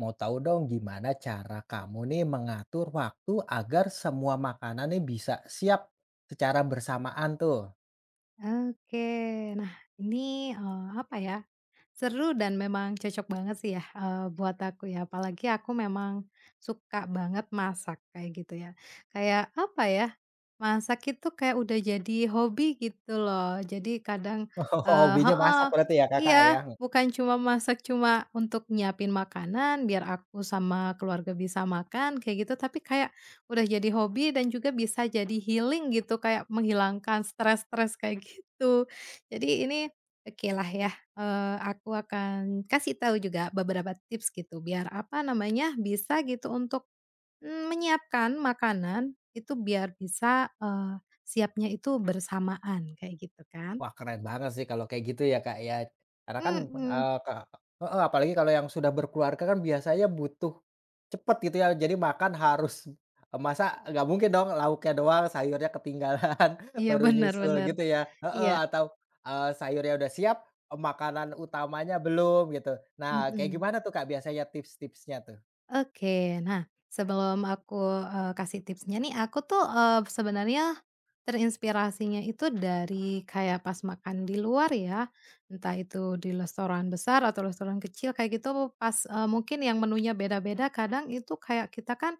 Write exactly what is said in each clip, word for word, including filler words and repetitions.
Mau tahu dong gimana cara kamu nih mengatur waktu agar semua makanan nih bisa siap secara bersamaan tuh? Oke. Nah, ini, eee, apa ya, seru dan memang cocok banget sih ya, eee, buat aku ya, apalagi aku memang suka banget masak, kayak gitu ya. Kayak, apa ya, masak itu kayak udah jadi hobi gitu loh. Jadi kadang eee, Hobinya masak heeh, berarti ya Kakak ya? iya, bukan cuma masak cuma untuk nyiapin makanan biar aku sama keluarga bisa makan, kayak gitu, tapi kayak udah jadi hobi dan juga bisa jadi healing gitu, kayak menghilangkan stres-stres kayak gitu. Jadi ini oke lah ya, eee, aku akan kasih tahu juga beberapa tips gitu biar, apa namanya, bisa gitu untuk, mmm, menyiapkan makanan itu biar bisa, eee, siapnya itu bersamaan kayak gitu kan. Wah, keren banget sih kalau kayak gitu ya, Kak, ya. Karena kan, Mhm, eee, ke heeh, apalagi kalau yang sudah berkeluarga kan biasanya butuh cepet gitu ya, jadi makan harus eee, masa nggak mungkin dong lauknya doang, sayurnya ketinggalan iya baru nyusul benar-benar. gitu ya heeh, Iya, atau, eee, sayurnya udah siap, eee, makanan utamanya belum gitu. Nah, kayak mhm. gimana tuh, Kak, biasanya tips-tipsnya tuh? Oke, nah sebelum aku, eee, kasih tipsnya nih, aku tuh, eee, sebenarnya terinspirasinya itu dari kayak pas makan di luar ya, entah itu di restoran besar atau restoran kecil kayak gitu pas, eee, mungkin yang menunya beda-beda kadang itu kayak kita kan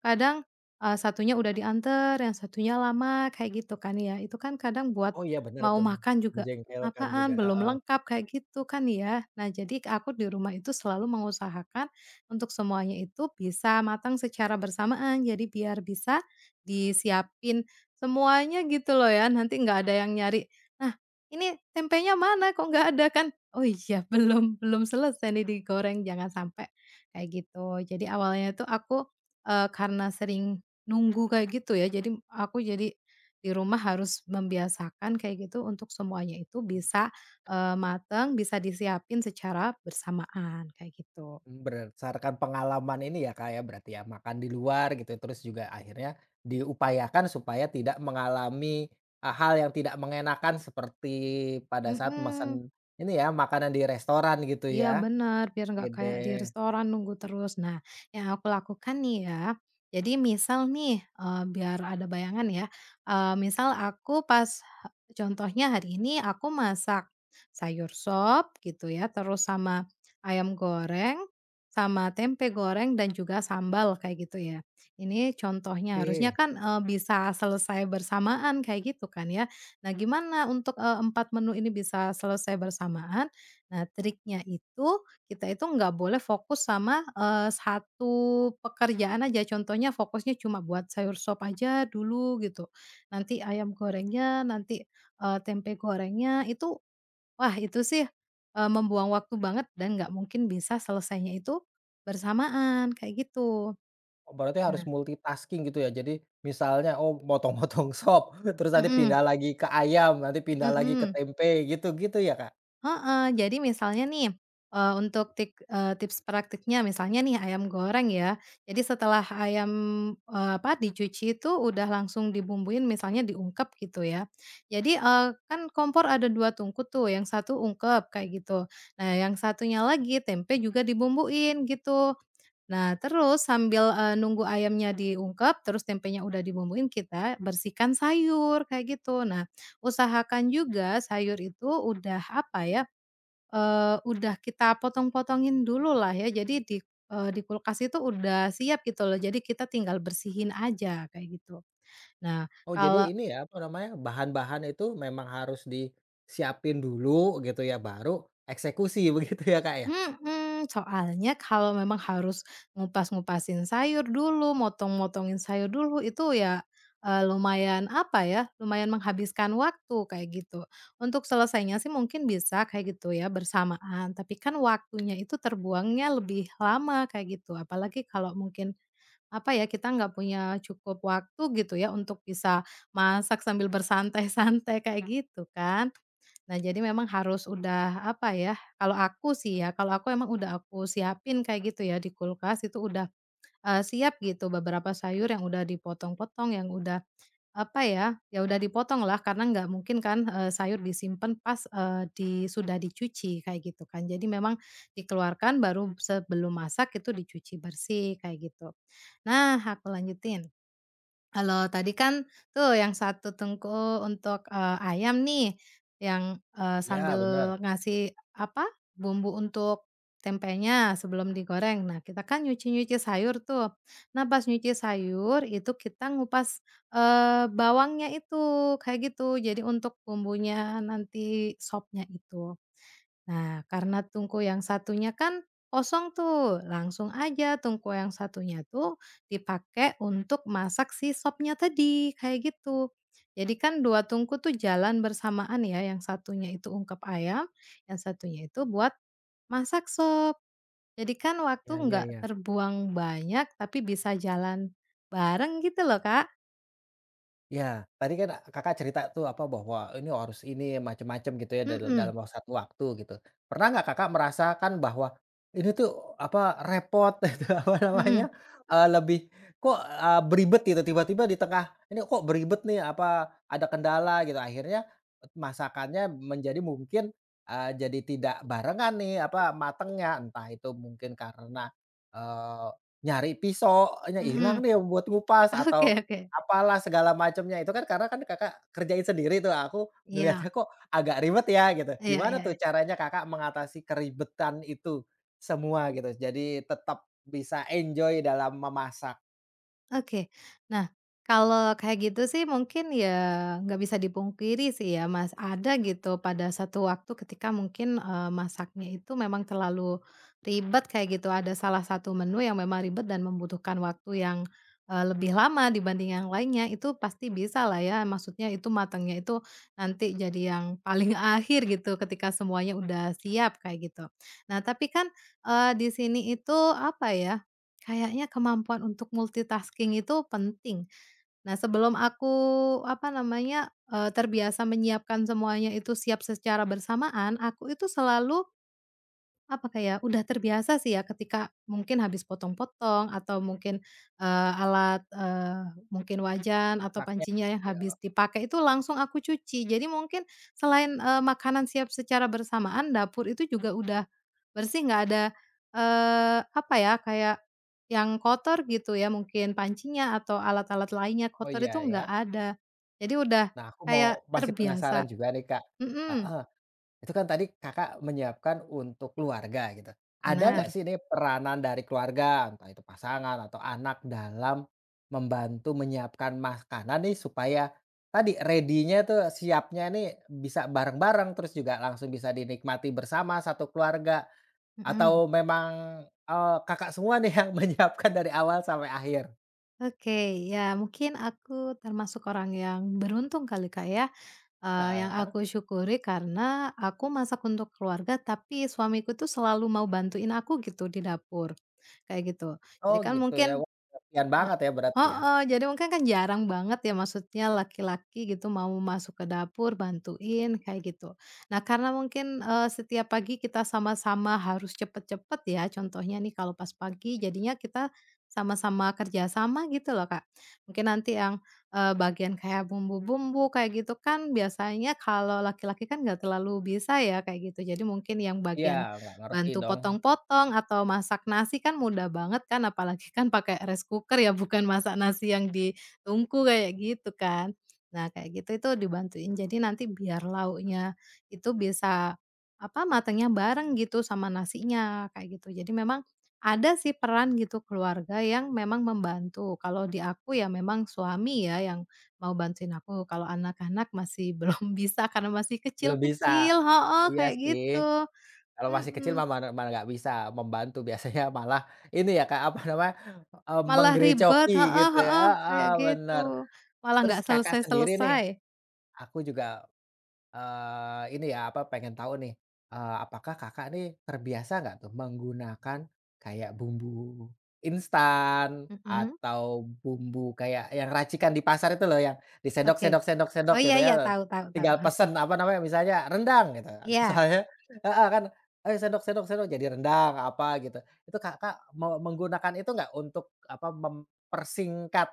kadang, eee, satunya udah diantar yang satunya lama, kayak gitu kan ya. Itu kan kadang buat Oh iya, bener mau tuh, makan juga, menjengkelkan juga, "Apaan, belum heeh. lengkap," kayak gitu kan ya. Nah, jadi aku di rumah itu selalu mengusahakan untuk semuanya itu bisa matang secara bersamaan. Jadi biar bisa disiapin semuanya gitu loh ya, nanti nggak ada yang nyari, "Nah, ini tempenya mana kok nggak ada?" Kan, "Oh iya, belum belum selesai nih digoreng," jangan sampai kayak gitu. Jadi awalnya tuh aku Eee, karena sering nunggu kayak gitu ya, jadi aku jadi di rumah harus membiasakan kayak gitu untuk semuanya itu bisa, eee, mateng, bisa disiapin secara bersamaan kayak gitu. Berdasarkan pengalaman ini ya, Kak, ya, berarti ya, makan di luar gitu, terus juga akhirnya diupayakan supaya tidak mengalami, eee, hal yang tidak mengenakan seperti pada saat Mhm. mesen ini ya, makanan di restoran gitu Iya ya. benar, biar nggak kayak di Oke restoran nunggu terus. Nah, yang aku lakukan nih ya, jadi misal nih, eee, biar ada bayangan ya, eee, misal aku pas contohnya hari ini aku masak sayur sop gitu ya, terus sama ayam goreng, sama tempe goreng dan juga sambal kayak gitu ya. Ini contohnya, harusnya oke. kan, eee, bisa selesai bersamaan kayak gitu kan ya. Nah gimana untuk, eee, empat menu ini bisa selesai bersamaan. Nah, triknya itu kita itu nggak boleh fokus sama, eee, satu pekerjaan aja. Contohnya fokusnya cuma buat sayur sop aja dulu gitu. Nanti ayam gorengnya, nanti, eee, tempe gorengnya itu wah itu sih, eee, membuang waktu banget dan nggak mungkin bisa selesainya itu bersamaan, kayak gitu. Oh, berarti harus Nah, multitasking gitu ya. Jadi misalnya, oh, motong-motong sop, terus nanti mhm pindah lagi ke ayam, nanti pindah lagi ke mhm. tempe, gitu-gitu ya, Kak? Heeh, jadi misalnya nih, eee, untuk tik eee, tips praktiknya misalnya nih ayam goreng ya, jadi setelah ayam, eee, apa, dicuci itu udah langsung dibumbuin misalnya diungkep gitu ya. Jadi, eee, kan kompor ada dua tungku tuh, yang satu ungkep kayak gitu. Nah yang satunya lagi tempe juga dibumbuin gitu. Nah terus sambil, eee, nunggu ayamnya diungkep, terus tempenya udah dibumbuin, kita bersihkan sayur kayak gitu. Nah usahakan juga sayur itu udah, apa ya, Eee, udah kita potong-potongin dulu lah ya, jadi di eee, di kulkas itu udah siap gitu loh, jadi kita tinggal bersihin aja kayak gitu. Nah, Oh kalau jadi ini ya, apa namanya, bahan-bahan itu memang harus disiapin dulu gitu ya, baru eksekusi begitu ya, Kak, ya? mhm, soalnya kalau memang harus ngupas-ngupasin sayur dulu, motong-motongin sayur dulu, itu ya, eee, lumayan apa ya, lumayan menghabiskan waktu kayak gitu. Untuk selesainya sih mungkin bisa kayak gitu ya, bersamaan, tapi kan waktunya itu terbuangnya lebih lama kayak gitu, apalagi kalau mungkin apa ya, kita nggak punya cukup waktu gitu ya untuk bisa masak sambil bersantai-santai kayak gitu kan. Nah, jadi memang harus udah apa ya, kalau aku sih ya, kalau aku emang udah aku siapin kayak gitu ya di kulkas itu udah, eee, siap gitu beberapa sayur yang udah dipotong-potong, yang udah apa ya, ya udah dipotong lah karena nggak mungkin kan, eee, sayur disimpan pas, eee, di sudah dicuci kayak gitu kan. Jadi memang dikeluarkan baru sebelum masak itu dicuci bersih kayak gitu. Nah, aku lanjutin. Kalau tadi kan tuh yang satu tungku untuk, eee, ayam nih, yang, eee, Ya sambil benar. ngasih apa, bumbu untuk tempenya sebelum digoreng. Nah, kita kan nyuci-nyuci sayur tuh. Nah, pas nyuci sayur itu kita ngupas, eee, bawangnya itu, kayak gitu. Jadi untuk bumbunya nanti sopnya itu. Nah, karena tungku yang satunya kan kosong tuh, langsung aja tungku yang satunya tuh dipakai untuk masak si sopnya tadi, kayak gitu. Jadi kan dua tungku tuh jalan bersamaan ya, yang satunya itu ungkep ayam, yang satunya itu buat masak sop. Jadi kan waktu Ya ya nggak ya. terbuang banyak, tapi bisa jalan bareng gitu loh, Kak. Ya tadi kan ah, Kakak cerita tuh apa, bahwa ini harus ini, macam-macam gitu ya dal Mhm dalam. Mhm. Satu waktu gitu. Pernah nggak Kakak merasakan bahwa ini tuh apa, repot itu apa mhm namanya, eee, lebih kok, eee, beribet gitu tiba-tiba di tengah, ini kok beribet nih apa, ada kendala gitu akhirnya masakannya menjadi mungkin, eee, jadi tidak barengan nih apa, matengnya. Entah itu mungkin karena, eee, nyari pisaunya mhm hilang mhm. nih yang buat ngupas Oke atau oke. apalah segala macamnya itu kan karena kan Kakak kerjain sendiri tuh, aku Iya. ngelihatnya kok agak ribet ya gitu. Iya Gimana iya tuh iya. caranya Kakak mengatasi keribetan itu semua gitu? Jadi tetap bisa enjoy dalam memasak Oke. Nah, kalau kayak gitu sih mungkin ya nggak bisa dipungkiri sih ya, Mas, ada gitu pada satu waktu ketika mungkin, eee, masaknya itu memang terlalu ribet kayak gitu, ada salah satu menu yang memang ribet dan membutuhkan waktu yang, eee, lebih lama dibanding yang lainnya, itu pasti bisa lah ya, maksudnya itu matangnya itu nanti jadi yang paling akhir gitu ketika semuanya udah siap kayak gitu. Nah, tapi kan, eee, di sini itu apa ya, kayaknya kemampuan untuk multitasking itu penting. Nah, sebelum aku, apa namanya, eee, terbiasa menyiapkan semuanya itu siap secara bersamaan, aku itu selalu apa kayak, udah terbiasa sih ya ketika mungkin habis potong-potong atau mungkin, eee, alat, eee, mungkin wajan atau masaknya. pancinya yang Iya. habis dipakai itu langsung aku cuci. Jadi mungkin selain, eee, makanan siap secara bersamaan, dapur itu juga udah bersih, nggak ada, eee, apa ya, kayak yang kotor gitu ya, mungkin pancinya atau alat-alat lainnya Oh kotor itu iya nggak ya. ada. Jadi udah Nah aku mau kayak masih penasaran terbiasa. juga nih Kak. Mhm, Heeh. Itu kan tadi Kakak menyiapkan untuk keluarga gitu. Ada nggak benar, sih ini peranan dari keluarga, entah itu pasangan atau anak dalam membantu menyiapkan makanan nih supaya tadi ready-nya tuh, siapnya nih bisa bareng-bareng, terus juga langsung bisa dinikmati bersama satu keluarga mhm. atau memang, eee, Kakak semua nih yang menyiapkan dari awal sampai akhir? Oke, ya mungkin aku termasuk orang yang beruntung kali Kak ya, eee, yang Heeh. aku syukuri karena aku masak untuk keluarga tapi suamiku tuh selalu mau bantuin aku gitu di dapur, kayak gitu. Oh Jadi kan gitu ya, mungkin wah pengertian E banget ya berarti ya? heeh, jadi mungkin kan jarang banget ya maksudnya laki-laki gitu mau masuk ke dapur bantuin kayak gitu. Nah karena mungkin, eee, setiap pagi kita sama-sama harus cepet-cepet ya contohnya nih kalau pas pagi jadinya kita sama-sama kerjasama gitu loh, Kak. Mungkin nanti yang, eee, bagian kayak bumbu-bumbu kayak gitu kan biasanya kalau laki-laki kan nggak terlalu bisa ya kayak gitu jadi mungkin yang Iya, bagian nggak ngerti bantu dong. potong-potong atau masak nasi kan mudah banget kan, apalagi kan pakai rice cooker ya, bukan masak nasi yang ditungku kayak gitu kan. Nah, kayak gitu itu dibantuin, jadi nanti biar lauknya itu bisa, apa, matangnya bareng gitu sama nasinya, kayak gitu. Jadi memang ada sih peran gitu keluarga yang memang membantu. Kalau di aku ya memang suami ya yang mau bantuin aku, kalau anak-anak masih belum bisa karena masih Belum bisa. kecil-kecil heeh, Iya kayak sih. gitu. Kalau masih kecil Mhm. mah mana mana nggak bisa membantu, biasanya malah ini ya, Kak, apa namanya, eee, Malah ribet, menggerecoki heeh gitu ya heeh, heeh, kayak gitu. bener. Malah Terus nggak Kakak sendiri nih, selesai-selesai. aku juga Eee, ini ya, apa, pengen tahu nih, eee, apakah Kakak nih terbiasa nggak tuh menggunakan kayak bumbu instan Mhm, atau bumbu kayak yang racikan di pasar itu loh, yang disendok oke. sendok sendok sendok Oh, gitu iya iya, ya, tahu tahu tahu, tinggal heeh. pesen, apa namanya, misalnya rendang gitu. Iya, Soalnya heeh, kan, "Ayo sendok sendok sendok," jadi rendang, apa gitu. Itu Kakak mau menggunakan itu nggak untuk, apa, mempersingkat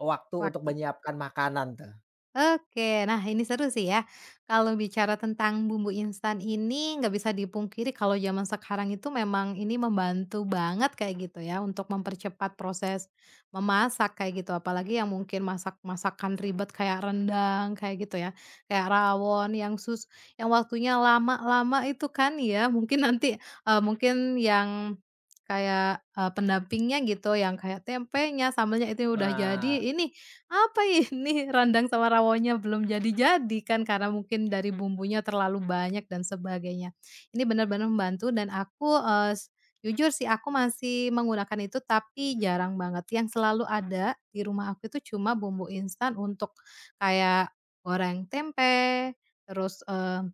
waktu untuk waktu. menyiapkan makanan tuh? Oke, nah ini seru sih ya. Kalau bicara tentang bumbu instan ini nggak bisa dipungkiri kalau zaman sekarang itu memang ini membantu banget kayak gitu ya untuk mempercepat proses memasak kayak gitu. Apalagi yang mungkin masak masakan ribet kayak rendang kayak gitu ya. Kayak rawon yang sus yang waktunya lama-lama itu kan ya. Mungkin nanti eh, mungkin yang kayak eh, pendampingnya gitu yang kayak tempenya sambelnya itu udah jadi. Nah, Ini apa ini, rendang sama rawonnya belum jadi-jadi kan karena mungkin dari bumbunya terlalu banyak dan sebagainya. Ini benar-benar membantu dan aku, eee, s jujur sih aku masih menggunakan itu tapi jarang banget. Yang selalu ada di rumah aku itu cuma bumbu instan untuk kayak goreng tempe, terus, eee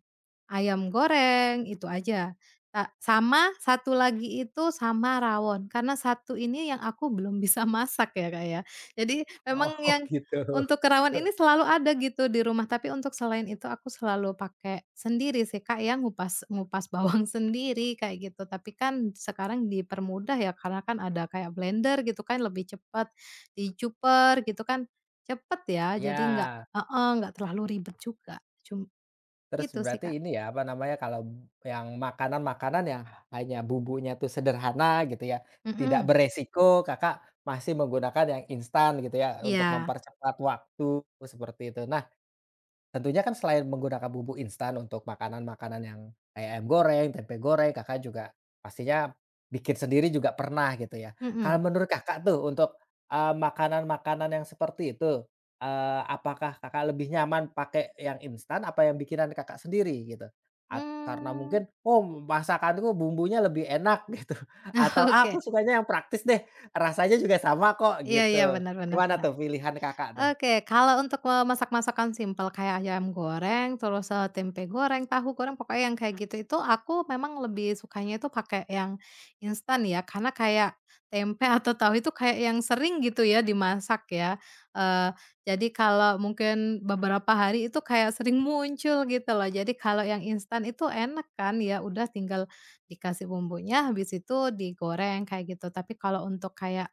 ayam goreng, itu aja. Ta sama satu lagi itu sama rawon, karena satu ini yang aku belum bisa masak ya, Kak, ya. Jadi memang oh yang gitu. untuk kerawon ini selalu ada gitu di rumah, tapi untuk selain itu aku selalu pakai sendiri sih, Kak, yang ngupas ngupas bawang sendiri kayak gitu. Tapi kan sekarang dipermudah ya karena kan ada kayak blender gitu kan lebih cepat, dicuper gitu kan cepet ya, jadi nggak Ya heeh, nggak terlalu ribet juga. Cum terus Itu sih, berarti Kak. ini ya, apa namanya, kalau yang makanan-makanan yang hanya bumbunya tuh sederhana gitu ya, tidak Mhm. beresiko, Kakak masih menggunakan yang instan gitu ya, untuk Iya, mempercepat waktu, seperti itu. Nah, tentunya kan selain menggunakan bumbu instan untuk makanan-makanan yang kayak ayam goreng, tempe goreng, Kakak juga pastinya bikin sendiri juga pernah gitu ya. Kalau mhm, menurut Kakak tuh untuk, eee, makanan-makanan yang seperti itu, eee, apakah Kakak lebih nyaman pakai yang instan apa yang bikinan Kakak sendiri gitu? At karena mmm, mungkin, "Oh, masakanku bumbunya lebih enak," gitu, atau, "Ah, aku oke, sukanya yang praktis deh, rasanya juga sama kok," iya iya, gitu. benar benar Gimana benar. tuh pilihan Kakak tuh? Oke, kalau untuk, eee, masak masakan simpel kayak ayam goreng, terus, eee, tempe goreng, tahu goreng, pokoknya yang kayak gitu itu aku memang lebih sukanya itu pakai yang instan ya, karena kayak tempe atau tahu itu kayak yang sering gitu ya dimasak ya. Eee, jadi kalau mungkin beberapa hari itu kayak sering muncul gitu loh. Jadi kalau yang instan itu enak kan ya, udah tinggal dikasih bumbunya, habis itu digoreng kayak gitu. Tapi kalau untuk kayak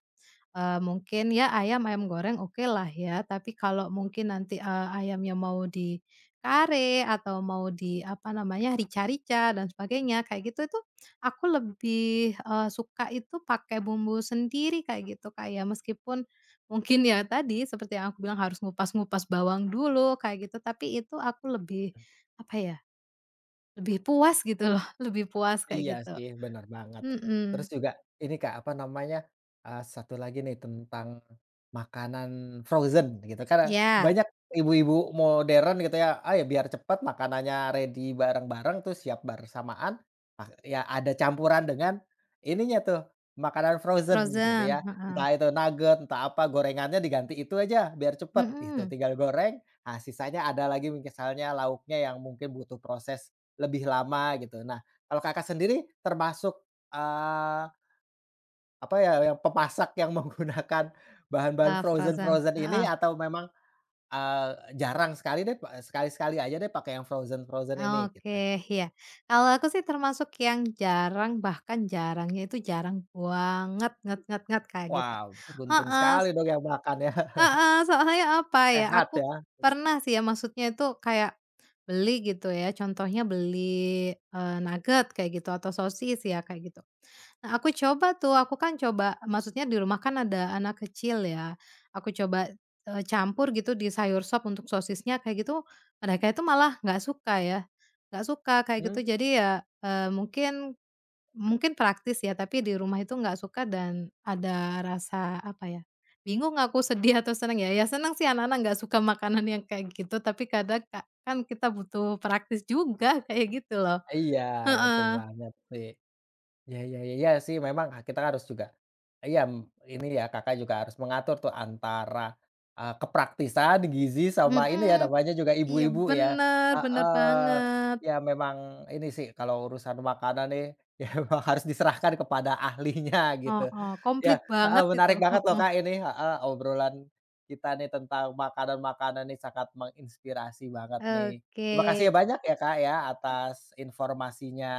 Eee, mungkin ya ayam, ayam goreng oke lah ya, tapi kalau mungkin nanti, eee, ayamnya mau dikare atau mau di apa namanya, rica-rica dan sebagainya kayak gitu itu aku lebih, eee, suka itu pakai bumbu sendiri kayak gitu, Kak, ya. Meskipun mungkin ya tadi seperti yang aku bilang harus ngupas-ngupas bawang dulu kayak gitu, tapi itu aku lebih apa ya, lebih puas gitu loh, lebih puas Iya kayak gitu. sih, bener banget. Terus Mhm. juga ini Kak, apa namanya, eee, satu lagi nih tentang makanan frozen gitu, kan Ya, banyak ibu-ibu modern gitu ya, "Ah, ya biar cepet makanannya ready bareng-bareng tuh siap bersamaan," ah, ya ada campuran dengan ininya tuh, makanan frozen gitu frozen, ya. heeh. Entah itu nugget, entah apa, gorengannya diganti itu aja biar cepet gitu, Mhm. tinggal goreng, ah, sisanya ada lagi misalnya lauknya yang mungkin butuh proses lebih lama gitu. Nah kalau Kakak sendiri termasuk, eee, apa ya, yang pemasak yang menggunakan bahan-bahan Ah, frozen, frozen-frozen ini heeh. atau memang, eee, jarang sekali deh, pa sekali-sekali aja deh pakai yang frozen-frozen ini Oke, gitu? iya. Kalau aku sih termasuk yang jarang, bahkan jarangnya itu jarang banget, nget nget nget kayak gitu. Wow, beruntung Heeh. sekali dong yang makan ya, Heeh, soalnya apa ya, sehat aku ya. pernah sih ya maksudnya itu kayak beli gitu ya, contohnya beli, eee, nugget kayak gitu atau sosis ya kayak gitu. Nah aku coba tuh, aku kan coba maksudnya di rumah kan ada anak kecil ya, aku coba, eee, campur gitu di sayur sop untuk sosisnya kayak gitu, mereka itu malah nggak suka ya, nggak suka kayak Mmm, gitu. Jadi ya, eee, mungkin mungkin praktis ya, tapi di rumah itu nggak suka dan ada rasa apa ya, bingung aku sedih atau seneng ya, ya seneng sih anak-anak nggak suka makanan yang kayak gitu, tapi kadang ka kan kita butuh praktis juga kayak gitu loh. iya betul Heeh, banget sih. Ya ya ya ya sih memang ah, kita harus juga iya, mmm, ini ya Kakak juga harus mengatur tuh antara, eee, kepraktisan gizi sama ini ya mhm, namanya juga iya ibu-ibu ya, bener bener heeh, banget, ya memang ini sih kalau urusan makanan nih ya memang harus diserahkan kepada ahlinya oh gitu. oh, komplit Ya, heeh, banget itu, menarik banget loh mhm, Kak ini, heeh, obrolan kita nih tentang makanan-makanan nih sangat menginspirasi banget nih. oke. Terima kasih ya banyak ya Kak ya atas informasinya.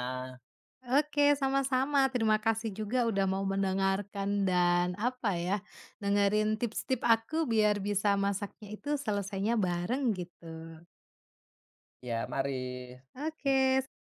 Oke, sama-sama. Terima kasih juga udah mau mendengarkan dan, apa ya, dengerin tips-tips aku biar bisa masaknya itu selesainya bareng gitu. Ya mari. Oke.